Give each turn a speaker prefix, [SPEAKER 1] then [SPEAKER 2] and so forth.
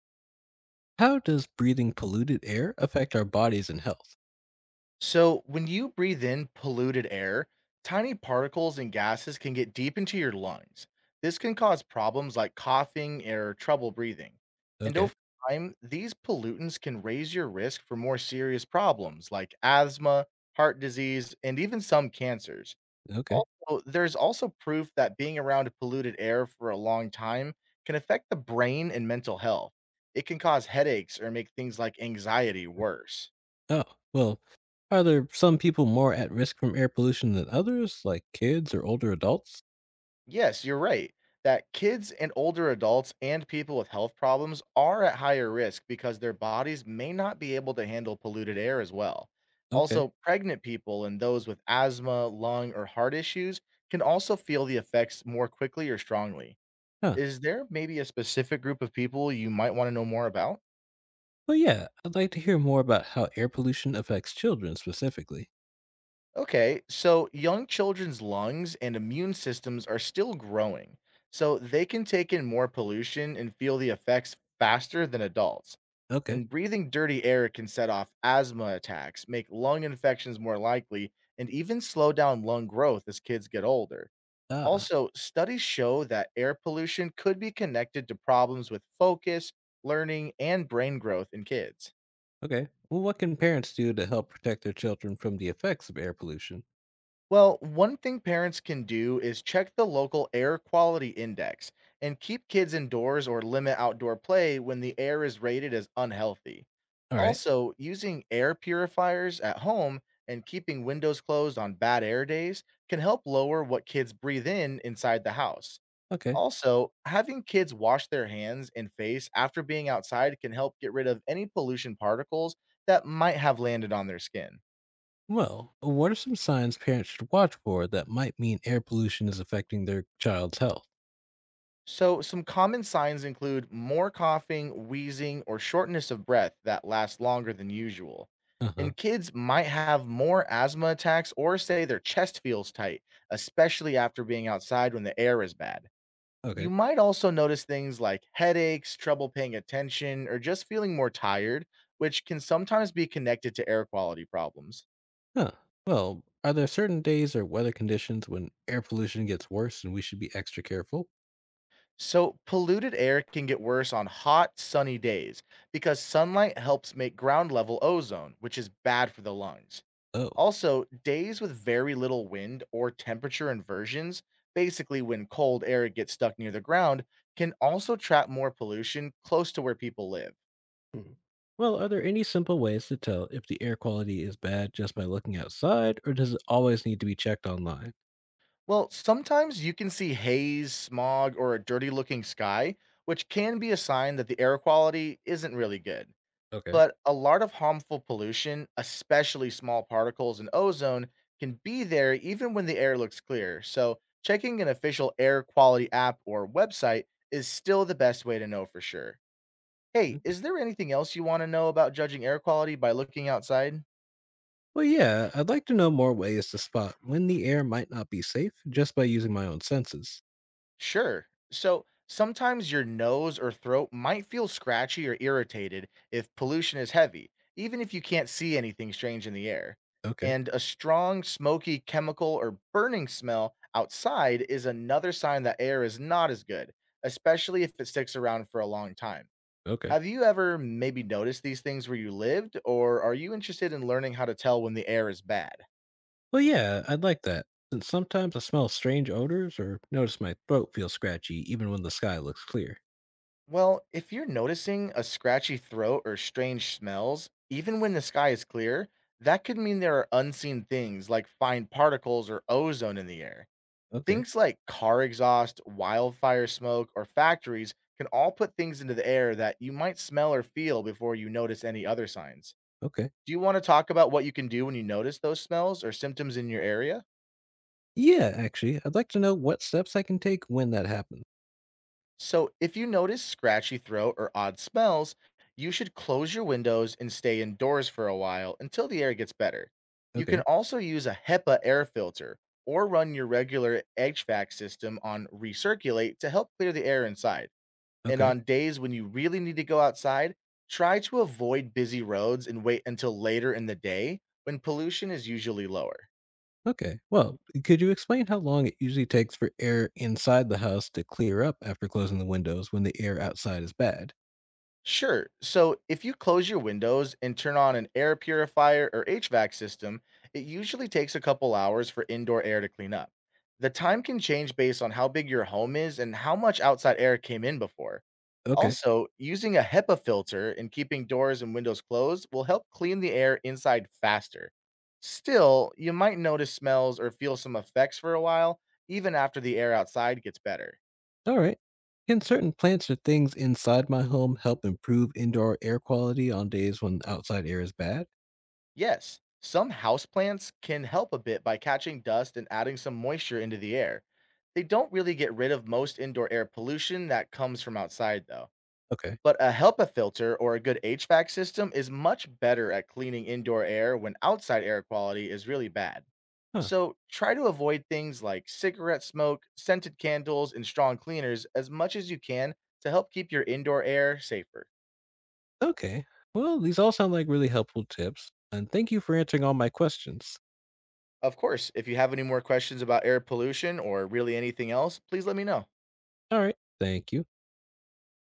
[SPEAKER 1] How does breathing polluted air affect our bodies and health?
[SPEAKER 2] So, when you breathe in polluted air, tiny particles and gases can get deep into your lungs. This can cause problems like coughing or trouble breathing. And
[SPEAKER 1] Okay.
[SPEAKER 2] over time, these pollutants can raise your risk for more serious problems like asthma, heart disease, and even some cancers.
[SPEAKER 1] Okay.
[SPEAKER 2] Also, there's also proof that being around polluted air for a long time can affect the brain and mental health. It can cause headaches or make things like anxiety worse.
[SPEAKER 1] Oh, well, are there some people more at risk from air pollution than others, like kids or older adults?
[SPEAKER 2] Yes, you're right that kids and older adults and people with health problems are at higher risk because their bodies may not be able to handle polluted air as well.
[SPEAKER 1] Okay.
[SPEAKER 2] Also, pregnant people and those with asthma, lung, or heart issues can also feel the effects more quickly or strongly.
[SPEAKER 1] Huh.
[SPEAKER 2] Is there maybe a specific group of people you might want to know more about?
[SPEAKER 1] Well, yeah, I'd like to hear more about how air pollution affects children specifically.
[SPEAKER 2] Okay, so young children's lungs and immune systems are still growing, so they can take in more pollution and feel the effects faster than adults.
[SPEAKER 1] Okay.
[SPEAKER 2] And breathing dirty air can set off asthma attacks, make lung infections more likely, and even slow down lung growth as kids get older.
[SPEAKER 1] Ah,
[SPEAKER 2] Also, studies show that air pollution could be connected to problems with focus, learning, and brain growth in kids.
[SPEAKER 1] okay. Well, what can parents do to help protect their children from the effects of air pollution?
[SPEAKER 2] Well, one thing parents can do is check the local air quality index and keep kids indoors or limit outdoor play when the air is rated as unhealthy.
[SPEAKER 1] All right.
[SPEAKER 2] Also, using air purifiers at home and keeping windows closed on bad air days can help lower what kids breathe in inside the house.
[SPEAKER 1] Okay.
[SPEAKER 2] Also, having kids wash their hands and face after being outside can help get rid of any pollution particles that might have landed on their skin.
[SPEAKER 1] Well, what are some signs parents should watch for that might mean air pollution is affecting their child's health?
[SPEAKER 2] So, some common signs include more coughing, wheezing, or shortness of breath that lasts longer than usual.
[SPEAKER 1] Uh huh.
[SPEAKER 2] And kids might have more asthma attacks or say their chest feels tight, especially after being outside when the air is bad. You
[SPEAKER 1] Okay.
[SPEAKER 2] might also notice things like headaches, trouble paying attention, or just feeling more tired, which can sometimes be connected to air quality problems.
[SPEAKER 1] Huh. Well, are there certain days or weather conditions when air pollution gets worse and we should be extra careful?
[SPEAKER 2] So, polluted air can get worse on hot, sunny days because sunlight helps make ground level ozone, which is bad for the lungs.
[SPEAKER 1] Oh.
[SPEAKER 2] Also, days with very little wind or temperature inversions, basically when cold air gets stuck near the ground, can also trap more pollution close to where people live.
[SPEAKER 1] Hmm. Well, are there any simple ways to tell if the air quality is bad just by looking outside, or does it always need to be checked online?
[SPEAKER 2] Well, sometimes you can see haze, smog, or a dirty looking sky, which can be a sign that the air quality isn't really good.
[SPEAKER 1] Okay.
[SPEAKER 2] But a lot of harmful pollution, especially small particles and ozone, can be there even when the air looks clear. So, checking an official air quality app or website is still the best way to know for sure. Hey,
[SPEAKER 1] Okay.
[SPEAKER 2] is there anything else you want to know about judging air quality by looking outside?
[SPEAKER 1] Well, yeah, I'd like to know more ways to spot when the air might not be safe just by using my own senses.
[SPEAKER 2] Sure. So sometimes your nose or throat might feel scratchy or irritated if pollution is heavy, even if you can't see anything strange in the air.
[SPEAKER 1] Okay.
[SPEAKER 2] And a strong, smoky chemical or burning smell outside is another sign that air is not as good, especially if it sticks around for a long time.
[SPEAKER 1] Okay.
[SPEAKER 2] Have you ever maybe noticed these things where you lived, or are you interested in learning how to tell when the air is bad?
[SPEAKER 1] Well, yeah, I'd like that. Since sometimes I smell strange odors or notice my throat feels scratchy even when the sky looks clear.
[SPEAKER 2] Well, if you're noticing a scratchy throat or strange smells, even when the sky is clear, that could mean there are unseen things like fine particles or ozone in the air.
[SPEAKER 1] Okay.
[SPEAKER 2] Things like car exhaust, wildfire smoke, or factories can all put things into the air that you might smell or feel before you notice any other signs.
[SPEAKER 1] Okay.
[SPEAKER 2] Do you want to talk about what you can do when you notice those smells or symptoms in your area?
[SPEAKER 1] Yeah, actually, I'd like to know what steps I can take when that happens.
[SPEAKER 2] So, if you notice scratchy throat or odd smells, you should close your windows and stay indoors for a while until the air gets better. You can
[SPEAKER 1] Okay,
[SPEAKER 2] also use a HEPA air filter or run your regular HVAC system on recirculate to help clear the air inside. And
[SPEAKER 1] okay,
[SPEAKER 2] on days when you really need to go outside, try to avoid busy roads and wait until later in the day when pollution is usually lower.
[SPEAKER 1] okay. Well, could you explain how long it usually takes for air inside the house to clear up after closing the windows when the air outside is bad?
[SPEAKER 2] Sure. So if you close your windows and turn on an air purifier or HVAC system, it usually takes a couple hours for indoor air to clean up. The time can change based on how big your home is and how much outside air came in before.
[SPEAKER 1] Okay,
[SPEAKER 2] Also, using a HEPA filter and keeping doors and windows closed will help clean the air inside faster. Still, you might notice smells or feel some effects for a while, even after the air outside gets better.
[SPEAKER 1] all right. Can certain plants or things inside my home help improve indoor air quality on days when outside air is bad?
[SPEAKER 2] Yes, some houseplants can help a bit by catching dust and adding some moisture into the air. They don't really get rid of most indoor air pollution that comes from outside, though.
[SPEAKER 1] Okay,
[SPEAKER 2] But a HEPA filter or a good HVAC system is much better at cleaning indoor air when outside air quality is really bad.
[SPEAKER 1] huh,
[SPEAKER 2] So try to avoid things like cigarette smoke, scented candles, and strong cleaners as much as you can to help keep your indoor air safer.
[SPEAKER 1] okay. Well, these all sound like really helpful tips, and thank you for answering all my questions.
[SPEAKER 2] Of course, if you have any more questions about air pollution or really anything else, please let me know.
[SPEAKER 1] All right, thank you.